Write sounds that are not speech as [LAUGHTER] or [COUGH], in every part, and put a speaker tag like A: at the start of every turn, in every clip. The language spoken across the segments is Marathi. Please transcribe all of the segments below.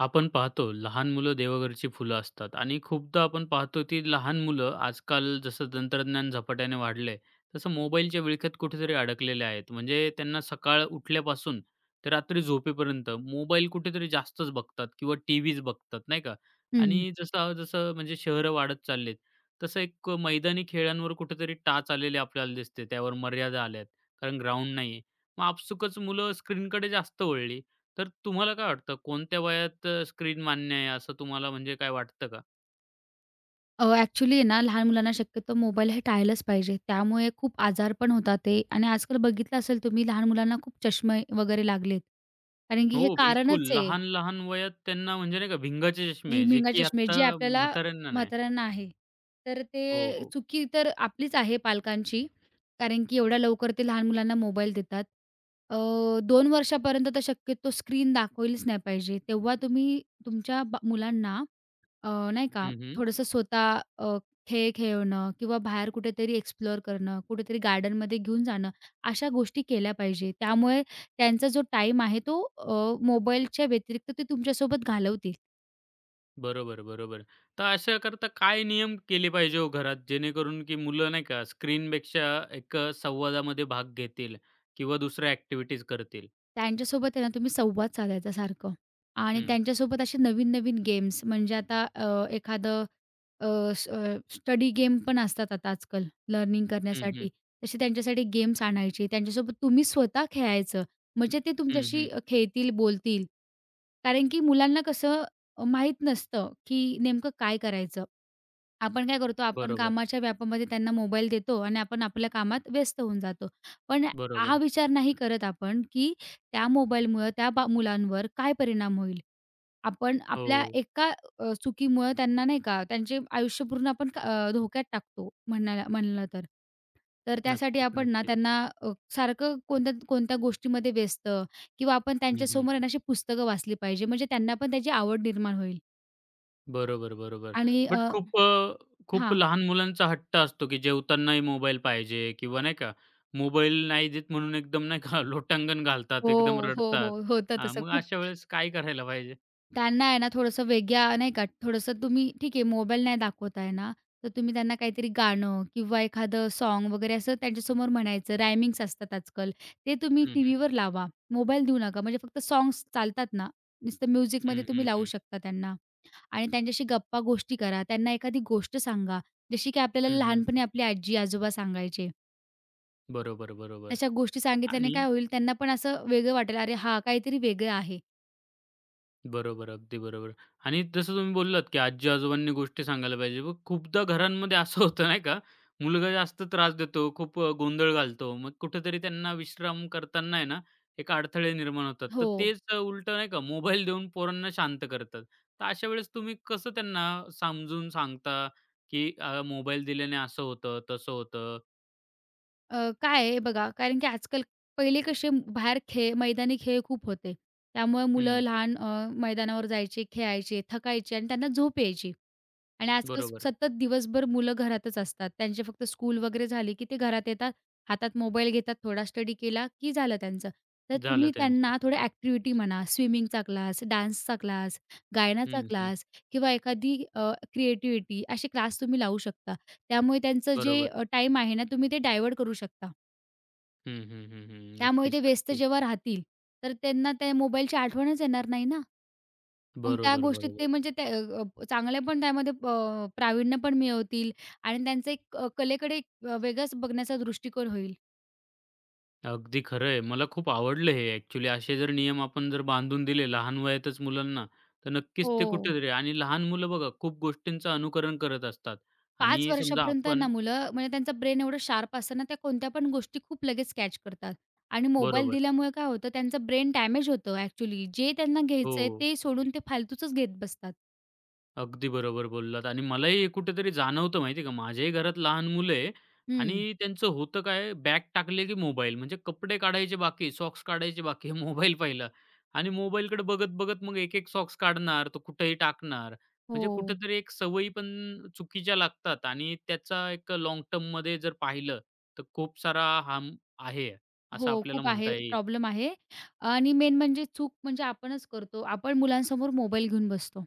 A: आपण पाहतो, लहान मुलं देवघरची फुलं असतात आणि खूपदा आपण पाहतो ती लहान मुलं आजकाल जसं तंत्रज्ञान झपाट्याने वाढलंय, तसं मोबाईलच्या विळख्यात कुठेतरी अडकलेले आहेत. म्हणजे त्यांना सकाळ उठल्यापासून ते रात्री झोपेपर्यंत मोबाईल कुठेतरी जास्तच बघतात किंवा टी व्हीच बघतात, नाही का.
B: हं.
A: आणि जसं जसं म्हणजे शहरं वाढत चाललेत, तसं एक मैदानी खेळांवर कुठेतरी टाच आलेले आपल्याला दिसते, त्यावर मर्यादा आल्यात. कारण ग्राउंड नाही. मग आपसुकच मुलं स्क्रीनकडे जास्त वळली. तर तुम्हाला काय वाटतं कोणत्या वयात स्क्रीन मान्य आहे, असं तुम्हाला म्हणजे काय वाटतं का?
B: ॲक्चुअली आहे ना, लहान मुलांना शक्यतो मोबाईल हे टाळलंच पाहिजे. त्यामुळे खूप आजार पण होतात ते आणि आजकाल बघितलं असेल तुम्ही लहान मुलांना खूप चष्मे वगैरे लागलेत. कारण की
A: हो,
B: हे
A: बिलकुल.
B: कारणच आहे
A: लहान-लहान वयात त्यांना म्हणजे नाही का भिंगाचे चष्मे जे
B: झिमिंगा
A: की
B: चष्मे
A: आत्ता
B: जे आपल्याला
A: म्हाताऱ्यांना नाही.
B: म्हाताऱ्यांना आहे. तर
A: हो,
B: ते
A: हो.
B: चुकी तर आपलीच आहे पालकांची. कारण की एवढ्या लवकर ते लहान मुलांना मोबाईल देतात. अ, 2 वर्षापर्यंत तर शक्यतो स्क्रीन दाखवलीच नाही पाहिजे. तेव्हा तुम्ही तुमच्या मुलांना नाही का,
A: हं, हं.
B: थोडंसं स्वतः खेळ खेळणं किंवा बाहेर कुठेतरी एक्सप्लोअर करणं, कुठेतरी गार्डनमध्ये घेऊन जाणं, अशा गोष्टी केल्या पाहिजे. त्यामुळे त्यांचा जो टाईम आहे तो मोबाईलच्या व्यतिरिक्त ते तुमच्यासोबत घालवतील.
A: बरोबर, बरोबर. तर अशाकरता काय नियम केले पाहिजे हो घरात, जेणेकरून की मुलं नाही का स्क्रीनपेक्षा एक संवादामध्ये भाग घेतील किंवा दुसऱ्या ॲक्टिव्हिटीज करतील?
B: त्यांच्यासोबत आहे ना तुम्ही संवाद साधायचा सारखं आणि
A: हं.
B: त्यांच्यासोबत असे नवीन-नवीन गेम्स म्हणजे आता एखादं अ, स्टडी गेम पण असतात आता आजकाल लर्निंग
A: हं, हं.
B: करण्यासाठी. तसे त्यांच्यासाठी गेम्स आणायचे. त्यांच्यासोबत तुम्ही स्वतः खेळायचं. म्हणजे ते
A: हं,
B: तुमच्याशी
A: हं.
B: खेळतील, बोलतील. कारण की मुलांना कसं माहीत नसतं, की नेमकं काय करायचं. आपण काय करतो, आपण
A: बरोबर,
B: कामाच्या व्यापामध्ये त्यांना मोबाईल देतो आणि आपण आपल्या कामात व्यस्त होऊन जातो. पण हा
A: बरोबर.
B: विचार नाही करत आपण, की त्या मोबाईलमुळं त्या मुलांवर काय परिणाम होईल. आपण आपल्या
A: हो.
B: एका चुकीमुळं त्यांना नाही का, त्यांचे आयुष्य पूर्ण आपण धोक्यात टाकतो म्हणायला म्हणलं तर. तर त्यासाठी
A: नक्कीच,
B: आपण ना
A: नक्कीच.
B: त्यांना सारखं कोणत्या कोणत्या गोष्टीमध्ये व्यस्त किंवा आपण
A: हं, हं.
B: त्यांच्यासमोर आहे ना अशी पुस्तकं वाचली पाहिजे. म्हणजे त्यांना पण त्याची आवड निर्माण होईल
A: बरोबर, बरोबर.
B: आणि
A: बट खूप खूप
B: हां.
A: लहान मुलांचा हट्ट असतो, की जेवतानाही मोबाईल पाहिजे किंवा नाही का, मोबाईल नाही देत म्हणून एकदम नाही का [LAUGHS] लोटांगण
B: हो,
A: घालतात, एकदम
B: हो, हो.
A: रडतात.
B: होतं
A: हां,
B: तसं
A: मग
B: खूप.
A: अशा वेळेस काय करायला पाहिजे?
B: त्यांना आहे ना थोडंसं वेगळ्या नाही का, थोडंसं तुम्ही ठीक आहे मोबाईल नाही दाखवत आहे ना, तर तुम्ही त्यांना काहीतरी गाणं किंवा एखादं सॉन्ग वगैरे असं त्यांच्यासमोर म्हणायचं. रायमिंग्स असतात आजकाल. ते तुम्ही
A: हं, हं.
B: टीव्हीवर लावा. मोबाईल देऊ नका. म्हणजे फक्त सॉन्ग्स चालतात ना, नुसतं म्युझिकमध्ये
A: हं,
B: तुम्ही
A: हं,
B: लावू
A: हं.
B: शकता त्यांना आणि त्यांच्याशी गप्पा-गोष्टी करा. त्यांना एखादी गोष्ट सांगा. जशी की आपल्याला
A: हं, हं,
B: लहानपणी
A: हं.
B: आपली आजी-आजोबा सांगायचे.
A: बरोबर, बरोबर
B: तशा गोष्टी सांगितल्याने
A: आणि
B: काय होईल त्यांना पण असं वेगळं वाटेल. अरे हां, काहीतरी वेगळं आहे.
A: बरोबर, अगदी बरोबर. आणि जसं तुम्ही बोललात, की आजी-आजोबांनी गोष्टी सांगायला पाहिजे. मग खूपदा घरांमध्ये असं होतं नाही का, मुलगा जास्त त्रास देतो, खूप गोंधळ घालतो. मग कुठेतरी त्यांना विश्राम करताना आहे ना, एक अडथळे निर्माण होतात. तर
B: हो.
A: तेच उलटं नाही का मोबाईल देऊन पोरांना शांत करतात. तर अशा वेळेस तुम्ही कसं त्यांना समजून सांगता, की मोबाईल दिल्याने असं होतं, तसं होतं?
B: काय आहे बघा, कारण की आजकाल पहिले कसे बाहेर खेळ मैदानी खेळ खूप होते. त्यामुळे मुलं
A: हं,
B: लहान मैदानावर जायचे, खेळायचे, थकायचे आणि त्यांना झोप यायची. आणि आजकाल
A: बरोबर.
B: सतत दिवसभर मुलं घरातच असतात. त्यांचे फक्त स्कूल वगैरे झाली, की ते घरात येतात, हातात मोबाईल घेतात, थोडा स्टडी केला, की झालं त्यांचं. तर
A: झालं
B: तुम्ही
A: त्यांचं.
B: त्यांना थोड्या ॲक्टिव्हिटी म्हणा, स्विमिंगचा क्लास, डान्सचा क्लास, गायनाचा
A: हं, हं.
B: क्लास किंवा एखादी क्रिएटिव्हिटी असे क्लास तुम्ही लावू शकता. त्यामुळे त्यांचं जे
A: बरोबर.
B: टाईम आहे ना, तुम्ही ते डायव्हर्ट करू शकता.
A: हं, हं, हं, हं.
B: त्यामुळे
A: नक्कीच,
B: ते व्यस्त
A: नक्कीच.
B: जेव्हा राहतील, तर त्यांना त्या मोबाईलची आठवणच येणार नाही ना. मग त्या
A: बरोबर,
B: गोष्टीत ते
A: बरोबर.
B: म्हणजे त्या अ, अ, चांगल्या पण त्यामध्ये प्रावीण्य पण मिळवतील आणि त्यांचा एक कलेकडे एक वेगळाच बघण्याचा दृष्टिकोन होईल.
A: अगदी खरं आहे. मला खूप आवडलं हे ॲक्चुअली. असे जर नियम आपण जर बांधून दिले लहान वयातच मुलांना, तर नक्कीच ते
B: हो.
A: कुठेतरी. आणि लहान मुलं बघा, खूप गोष्टींचं अनुकरण करत असतात.
B: 5
A: आणि समजा
B: वर्षापर्यंत ना
A: आपण
B: मुलं म्हणजे त्यांचं ब्रेन एवढं शार्प असतं ना, त्या कोणत्या पण गोष्टी खूप लगेच कॅच करतात आणि मोबाईल
A: बरोबर.
B: दिल्यामुळे काय होतं त्यांचं ब्रेन डॅमेज होतं ॲक्चुअली. जे त्यांना घ्यायचंय
A: हो.
B: ते सोडून ते फालतूचच घेत बसतात.
A: अगदी बरोबर बोललात आणि मलाही हे कुठेतरी जाणवतं, माहिती आहे का, माझ्याही घरात लहान मुलं आहे.
B: हं.
A: आणि त्यांचं होतं काय, बॅग टाकले की मोबाईल, म्हणजे कपडे काढायचे बाकी, सॉक्स काढायचे बाकी, मोबाईल पाहिला आणि मोबाईलकडे बघत-बघत मग एक-एक सॉक्स काढणार, तो कुठेही टाकणार. म्हणजे
B: हो.
A: कुठेतरी एक सवयी पण चुकीच्या लागतात आणि त्याचा एक लाँग टर्ममध्ये जर पाहिलं, तर खूप सारा हार्म आहे, असं
B: हो,
A: आपल्याला
B: खूप आहे,
A: म्हणता येईल.
B: प्रॉब्लेम आहे आणि मेन म्हणजे चूक म्हणजे आपणच करतो. आपण मुलांसमोर मोबाईल घेऊन बसतो.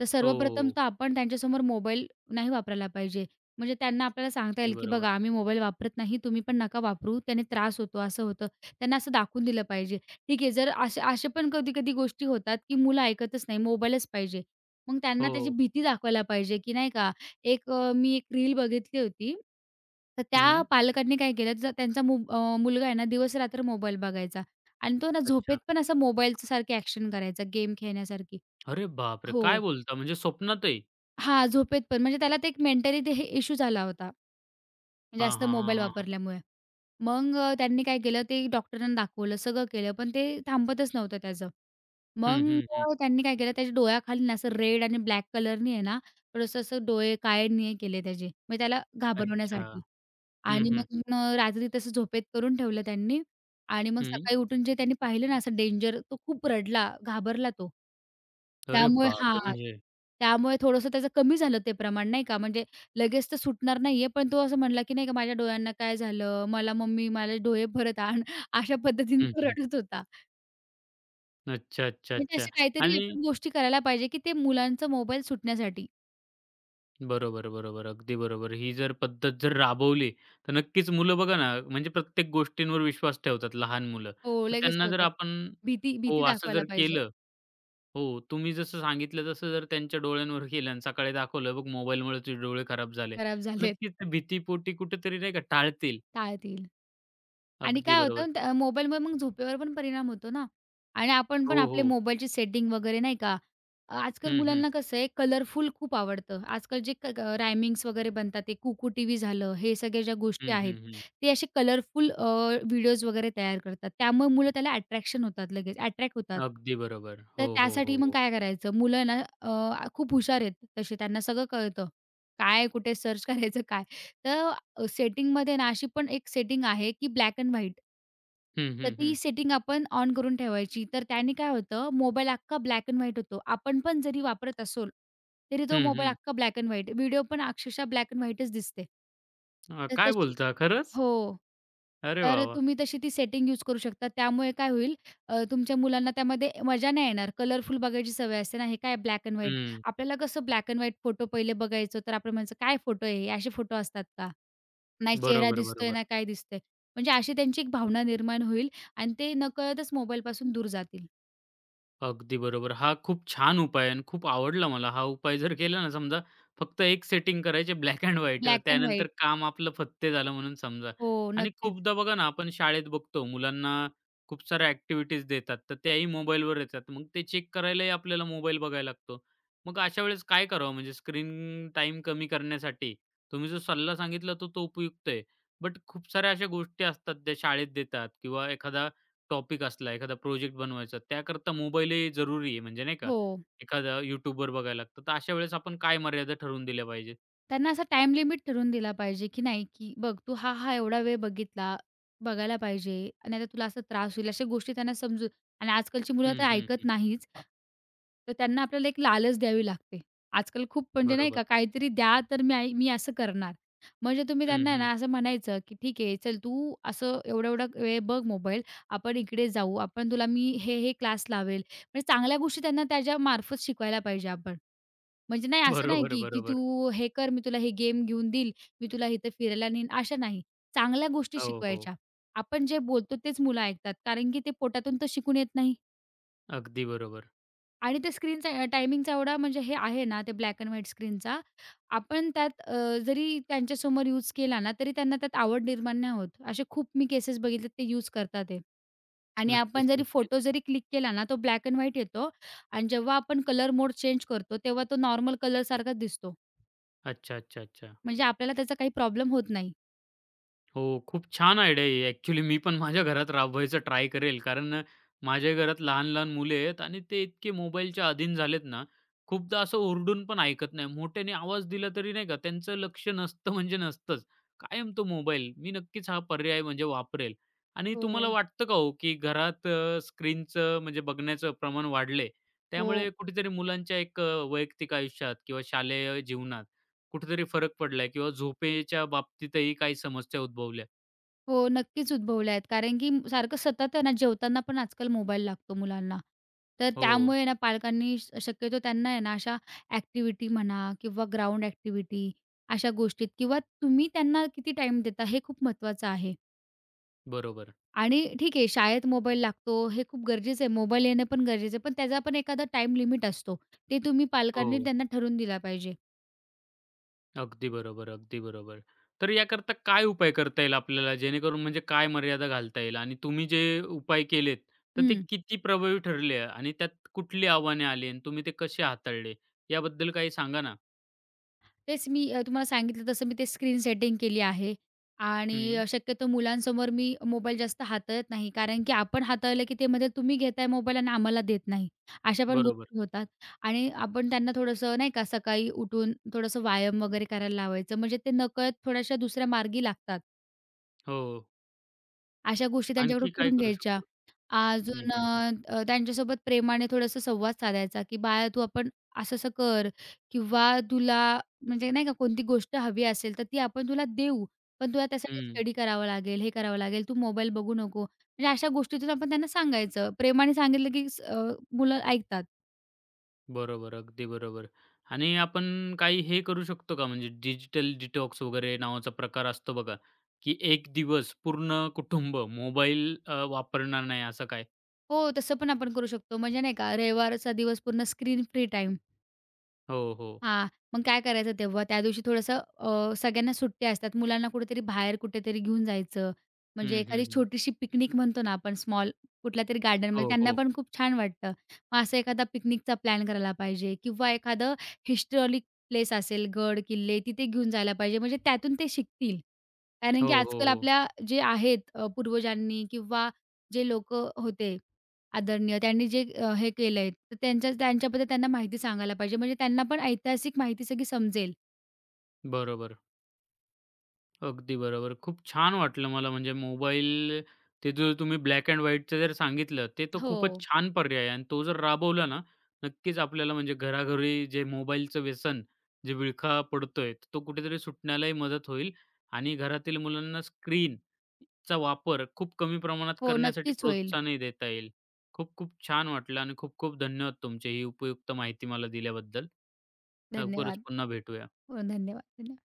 B: तर सर्वप्रथम
A: हो,
B: तर आपण त्यांच्यासमोर मोबाईल नाही वापरायला पाहिजे. म्हणजे त्यांना आपल्याला सांगता
A: अगदी
B: येईल, की "बघा,
A: बरोबर.
B: आम्ही मोबाईल वापरत नाही, तुम्ही पण नका वापरू, त्याने त्रास होतो, असं होतं." त्यांना असं दाखवून दिलं पाहिजे. ठीक आहे, जर असे असे पण कधी-कधी गोष्टी होतात, की मुलं ऐकतच नाही, मोबाईलच पाहिजे. मग त्यांना त्याची
A: हो.
B: भीती दाखवायला पाहिजे, की नाही का, एक मी एक रील बघितली होती. तर त्या
A: हं.
B: पालकांनी काय केलं, त्यांचा मुलगा आहे ना दिवसरात्र मोबाईल बघायचा आणि तो ना झोपेत
A: अच्छा.
B: पण असा मोबाईलच्या सारखी ॲक्शन करायचा, गेम खेळण्यासारखी.
A: अरे बापरे! काय
B: हो.
A: बोलता, म्हणजे स्वप्नातही?
B: हां, झोपेत पण. म्हणजे त्याला ते एक मेंटली ते हे इश्यू झाला होता,
A: हां,
B: जास्त
A: हां, हां,
B: मोबाईल
A: हां, हां.
B: वापरल्यामुळे. मग त्यांनी काय केलं, ते डॉक्टरांना दाखवलं, सगळं केलं, पण ते थांबतच नव्हतं त्याचं. मग
A: हं, हं, हं.
B: त्यांनी काय केलं, त्याच्या डोळ्याखाली ना असं रेड आणि ब्लॅक कलरनी आहे ना, थोडंसं असं डोळे काळे निळे केले त्याचे, म्हणजे त्याला
A: अच्छा.
B: घाबरवण्यासाठी.
A: हं,
B: आणि
A: हं,
B: मग रात्री तसं झोपेत करून ठेवलं त्यांनी आणि मग
A: हं.
B: सकाळी उठून जे त्यांनी पाहिलं ना असं डेंजर, तो खूप रडला, घाबरला तो.
A: अरे
B: त्यामुळे
A: बापरे!
B: हां,
A: म्हणजे
B: त्यामुळे थोडंसं त्याचं कमी झालं ते प्रमाण नाही का, म्हणजे लगेच तर सुटणार नाहीये, पण तो असं म्हणला, की नाही का "माझ्या डोळ्यांना काय झालं? मला मम्मी माझे डोळे परत आण." [LAUGHS] अशा पद्धतीने
A: हं,
B: तो
A: हं.
B: रडत होता.
A: अच्छा, अच्छा,
B: म्हणजे
A: अच्छा.
B: अशा काहीतरी
A: आणि
B: आपण गोष्टी करायला पाहिजे, की ते मुलांचा मोबाईल सुटण्यासाठी
A: बरोबर, बरोबर. अगदी बरोबर. ही जर पद्धत जर राबवली, तर नक्कीच मुलं बघा ना, म्हणजे प्रत्येक गोष्टींवर विश्वास ठेवतात लहान मुलं.
B: हो,
A: तर
B: लगेच
A: त्यांना जर
B: ठेवतात.
A: आपण
B: भीती
A: हो,
B: भीती
A: असं
B: दाखवायला
A: जर
B: पाहिजे.
A: केलं, हो, तुम्ही जसं सांगितलं तसं जर त्यांच्या डोळ्यांवर केलं आणि सकाळी दाखवलं, "बघ मोबाईलमुळे तुझे डोळे खराब झाले."
B: खराब झालेत,
A: नक्कीच ते भीतीपोटी कुठेतरी नाही का टाळतील.
B: टाळतील. आणि
A: अगदी
B: काय
A: बरोबर.
B: होतं त्या मोबाईलमुळे मग झोपेवर पण परिणाम होतो ना आणि आपण पण
A: हो,
B: आपले
A: हो.
B: मोबाईलची सेटिंग वगैरे नाही का, आजकाल
A: हं, हं.
B: मुलांना कसं आहे कलरफुल खूप आवडतं. आजकाल जे क क- रायमिंग्स वगैरे बनतात ते कुकू टीव्ही झालं, हे सगळ्या ज्या गोष्टी
A: हं,
B: आहेत,
A: हं, हं.
B: ते असे कलरफुल व्हिडिओज वगैरे तयार करतात. त्यामुळे मुलं त्याला अट्रॅक्शन होतात लगेच अट्रॅक्ट होतात.
A: अगदी बरोबर.
B: तर
A: हो, हो,
B: त्यासाठी
A: हो,
B: मग
A: हो.
B: काय करायचं मुलं ना खूप हुशार आहेत तसे त्यांना सगळं कळतं. काय कुठे सर्च करायचं काय. तर सेटिंगमध्ये ना अशी पण एक सेटिंग आहे, की ब्लॅक एंड व्हाईट.
A: हं,
B: तर
A: हं,
B: ती
A: हं.
B: सेटिंग आपण ऑन करून ठेवायची. तर त्याने काय होतं, मोबाईल अख्खा ब्लॅक एंड व्हाईट होतो. आपण पण जरी वापरत असोल, तरी तो
A: हं,
B: मोबाईल
A: हं.
B: अख्खा ब्लॅक एंड व्हाईट. व्हिडिओ पण अक्षरशः ब्लॅक एंड व्हाईटच दिसते. तर
A: काय
B: तशी
A: बोलता? खरंच?
B: हो.
A: अरे वाह,
B: तर
A: वाह!
B: तुम्ही तशी ती सेटिंग यूज करू शकता. त्यामुळे काय होईल तुमच्या मुलांना त्यामध्ये मजा नाही येणार. कलरफुल बघायची सवय असते ना. हे काय ब्लॅक एंड व्हाईट.
A: हं.
B: आपल्याला कसं ब्लॅक एंड व्हाईट फोटो पहिले बघायचो, तर आपण म्हणायचो, "काय फोटो आहे हे? असे फोटो असतात का? नाही चेहरा
A: बरोबर,
B: दिसतोय, ना
A: बरोबर.
B: काय दिसतंय." म्हणजे अशी त्यांची एक भावना निर्माण होईल आणि ते नकळतच मोबाईलपासून दूर जातील.
A: अगदी बरोबर. हा खूप छान उपाय आहे आणि खूप आवडला मला. हा उपाय जर केला ना समजा, फक्त एक सेटिंग करायची black and white,
B: black and
A: त्यानंतर
B: व्हाईट.
A: काम आपलं फत्ते झालं म्हणून समजा.
B: हो,
A: आणि
B: नक्कीच.
A: खूपदा बघा ना, आपण शाळेत बघतो मुलांना खूप साऱ्या ॲक्टिव्हिटीज देतात, तर त्याही मोबाईलवर येतात. मग ते चेक करायलाही आपल्याला मोबाईल बघायला लागतो. मग अशा वेळेस काय करावं म्हणजे स्क्रीन टाईम कमी करण्यासाठी? तुम्ही जो सल्ला सांगितला तो, तो उपयुक्त आहे. बट खूप साऱ्या अशा गोष्टी असतात त्या शाळेत देतात किंवा एखादा टॉपिक असला, एखादा प्रोजेक्ट बनवायचा, त्याकरता मोबाईलही जरुरी आहे म्हणजे नाही का.
B: हो.
A: एखादा YouTubeवर बघायला लागतं. तर अशा वेळेस आपण काय मर्यादा ठरवून दिल्या पाहिजेत?
B: त्यांना असा टाइम लिमिट ठरवून दिला पाहिजे, की नाही, की बघ तू हा, हा एवढा वेळ बघितला बघायला पाहिजे. नाहीतर तुला असा त्रास होईल. अशा गोष्टी त्यांना समजून आणि आजकालची मुलं तर
A: हं, हं,
B: ऐकत
A: हं.
B: नाहीच. तर त्यांना आपल्याला एक लालच द्यावी लागते. आजकाल खूप म्हणजे नाही
A: बरोबर.
B: का काहीतरी द्या तर मी आई मी असं करणार. म्हणजे तुम्ही
A: हं,
B: त्यांना आहे
A: हं.
B: ना असं म्हणायचं, की "ठीक आहे, चल तू असं एवढा-एवढा वेळ बघ मोबाईल. आपण इकडे जाऊ. आपण तुला मी हे, हे क्लास लावेल." म्हणजे चांगल्या गोष्टी त्यांना त्याच्यामार्फत शिकवायला पाहिजे आपण. म्हणजे नाही असं नाही,
A: बरोबर,
B: की की
A: बरोबर.
B: तू हे कर, मी तुला हे गेम घेऊन देईल, मी तुला इथं फिरायला नेईन, अशा नाही. चांगल्या गोष्टी
A: हो, हो.
B: शिकवायच्या. आपण जे बोलतो तेच मुलं ऐकतात, कारण की ते पोटातून तर शिकून येत नाही.
A: अगदी बरोबर.
B: आणि ते स्क्रीनचा टायमिंगचा एवढा म्हणजे हे आहे ना, ते ब्लॅक एंड व्हाईट स्क्रीनचा, आपण त्यात जरी त्यांच्यासमोर यूज केला ना, तरी त्यांना त्यात आवड निर्माण नाही होत. असे खूप मी केसेस बघितले ते यूज करतात आहे. आणि आपण
A: नक्कीच,
B: जरी फोटो
A: नक्कीच.
B: जरी क्लिक केला ना, तो ब्लॅक एंड व्हाईट येतो आणि जेव्हा आपण कलर मोड चेंज करतो, तेव्हा तो नॉर्मल कलरसारखाच दिसतो.
A: अच्छा, अच्छा, अच्छा.
B: म्हणजे आपल्याला त्याचा काही प्रॉब्लेम होत नाही.
A: हो, खूप छान आयडिया आहे ही. मी पण माझ्या घरात राबवायचं ट्राय करेल. कारण माझ्या घरात लहान-लहान मुले आहेत आणि ते इतके मोबाईलच्या अधीन झालेत ना, खूपदा असं ओरडून पण ऐकत नाही. मोठ्याने आवाज दिला तरी नाही का त्यांचं लक्ष नसतं म्हणजे नसतंच. कायम तो मोबाईल. मी नक्कीच हा पर्याय म्हणजे वापरेल. आणि तुम्हाला
B: हो.
A: वाटतं का हो, की घरात स्क्रीनचं म्हणजे बघण्याचं प्रमाण वाढले,
B: हो.
A: त्यामुळे कुठेतरी मुलांच्या एक वैयक्तिक आयुष्यात किंवा शालेय जीवनात कुठेतरी फरक पडलाय किंवा झोपेच्या बाबतीतही काही समस्या उद्भवल्या?
B: हो, नक्कीच उद्भवल्या आहेत. कारण की सारखं सतत आहे ना, जेवताना पण आजकाल मोबाईल लागतो मुलांना. तर
A: हो,
B: त्यामुळे ना, पालकांनी शक्यतो त्यांना आहे ना, अशा ॲक्टिव्हिटी म्हणा किंवा ग्राउंड ॲक्टिव्हिटी अशा गोष्टीत किंवा तुम्ही त्यांना किती टाईम देता हे खूप महत्त्वाचं आहे.
A: बरोबर.
B: आणि ठीक आहे, शाळेत मोबाईल लागतो हे खूप गरजेचं आहे. मोबाईल येणं पण गरजेचं आहे. पण त्याचा पण एखादा टाईम लिमिट असतो. ते तुम्ही पालकांनी
A: हो,
B: त्यांना ठरवून दिला पाहिजे.
A: अगदी बरोबर, अगदी बरोबर. तर याकरता काय उपाय करता येईल आपल्याला, जेणेकरून म्हणजे काय मर्यादा घालता येईल आणि तुम्ही जे उपाय केलेत, तर ते
B: हं.
A: किती प्रभावी ठरले आणि त्यात कुठली आव्हाने आली आणि तुम्ही ते कसे हाताळले? याबद्दल काही सांगा ना?
B: तेच मी तुम्हाला सांगितलं तसं मी ते स्क्रीन सेटिंग केली आहे आणि
A: हं,
B: शक्यतो मुलांसमोर मी मोबाईल जास्त हाताळत नाही. कारण की आपण हाताळलं की ते म्हणतील, "तुम्ही घेताय मोबाईल आणि आम्हाला देत नाही." अशा पण
A: बरोबर.
B: गोष्टी होतात आणि आपण त्यांना थोडंसं नाही का सकाळी उठून थोडंसं व्यायाम वगैरे करायला लावायचं. म्हणजे ते नकळत थोड्याशा दुसऱ्या मार्गी लागतात.
A: हो,
B: अशा गोष्टी त्यांच्याकडून
A: आणखी काय
B: करून
A: करू
B: घ्यायच्या.
A: शकतो? हं,
B: अजून
A: हं, हं.
B: अ, त्यांच्यासोबत प्रेमाने थोडासा संवाद साधायचा, की "बाळा तू आपण असं-असं कर किंवा तुला म्हणजे नाही का कोणती गोष्ट हवी असेल तर ती आपण तुला देऊ. पण तुला त्यासाठी स्टडी करावा लागेल, हे करावं लागेल, तू मोबाईल बघू नको." म्हणजे अशा गोष्टीतून आपण त्यांना सांगायचं. प्रेमाने सांगितलं की मुलं ऐकतात.
A: बरोबर, अगदी बरोबर. आणि आपण काही हे करू शकतो का म्हणजे डिजिटल डिटॉक्स वगैरे नावाचा प्रकार असतो बघा, की 1 दिवस पूर्ण कुटुंब मोबाईल वापरणार नाही असं काय?
B: हो, तसं पण आपण करू शकतो. म्हणजे नाही का रविवारचा दिवस पूर्ण स्क्रीन फ्री टाईम.
A: हो, हो.
B: हां, मग काय करायचं तेव्हा? त्या दिवशी थोडंसं सगळ्यांना सुट्ट्या असतात. मुलांना कुठेतरी बाहेर कुठेतरी घेऊन जायचं. म्हणजे
A: हं, हं,
B: एखादी
A: हं.
B: छोटीशी पिकनिक म्हणतो ना आपण स्मॉल कुठल्यातरी गार्डनमध्ये
A: हो,
B: त्यांना
A: हो.
B: पण खूप छान वाटतं. मग असं एखादा पिकनिकचा प्लॅन करायला पाहिजे किंवा एखादं हिस्टॉरिक प्लेस असेल, गड, किल्ले तिथे घेऊन जायला पाहिजे. म्हणजे त्यातून ते शिकतील. कारण
A: हो,
B: की
A: हो,
B: आजकाल
A: हो.
B: आपल्या जे आहेत पूर्वजांनी किंवा जे लोकं होते आदरणीय त्यांनी जे हे केलंय, तर त्यांच्या त्यांच्याबद्दल त्यांना माहिती सांगायला पाहिजे. म्हणजे त्यांना पण ऐतिहासिक माहिती सगळी समजेल.
A: बरोबर. अगदी बरोबर. खूप छान वाटलं मला. म्हणजे मोबाईल ते जो तुम्ही ब्लॅक एंड व्हाईटचं जर सांगितलं, ते तर
B: हो.
A: खूपच छान पर्याय आहे आणि तो जर राबवला ना, नक्कीच आपल्याला म्हणजे घराघरी जे मोबाईलचं व्यसन, जे विळखा पडतोय, तो कुठेतरी सुटण्यालाही मदत होईल आणि घरातील मुलांना स्क्रीनचा वापर खूप कमी प्रमाणात
B: हो,
A: करण्यासाठी
B: नक्कीच होईल.
A: प्रोत्साहनही देता येईल. खूप खूप छान वाटलं आणि खूप खूप धन्यवाद तुमचे, ही उपयुक्त माहिती मला दिल्याबद्दल. लवकरच
B: धन्यवाद.
A: पुन्हा भेटूया.
B: हो, धन्यवाद. धन्यवाद.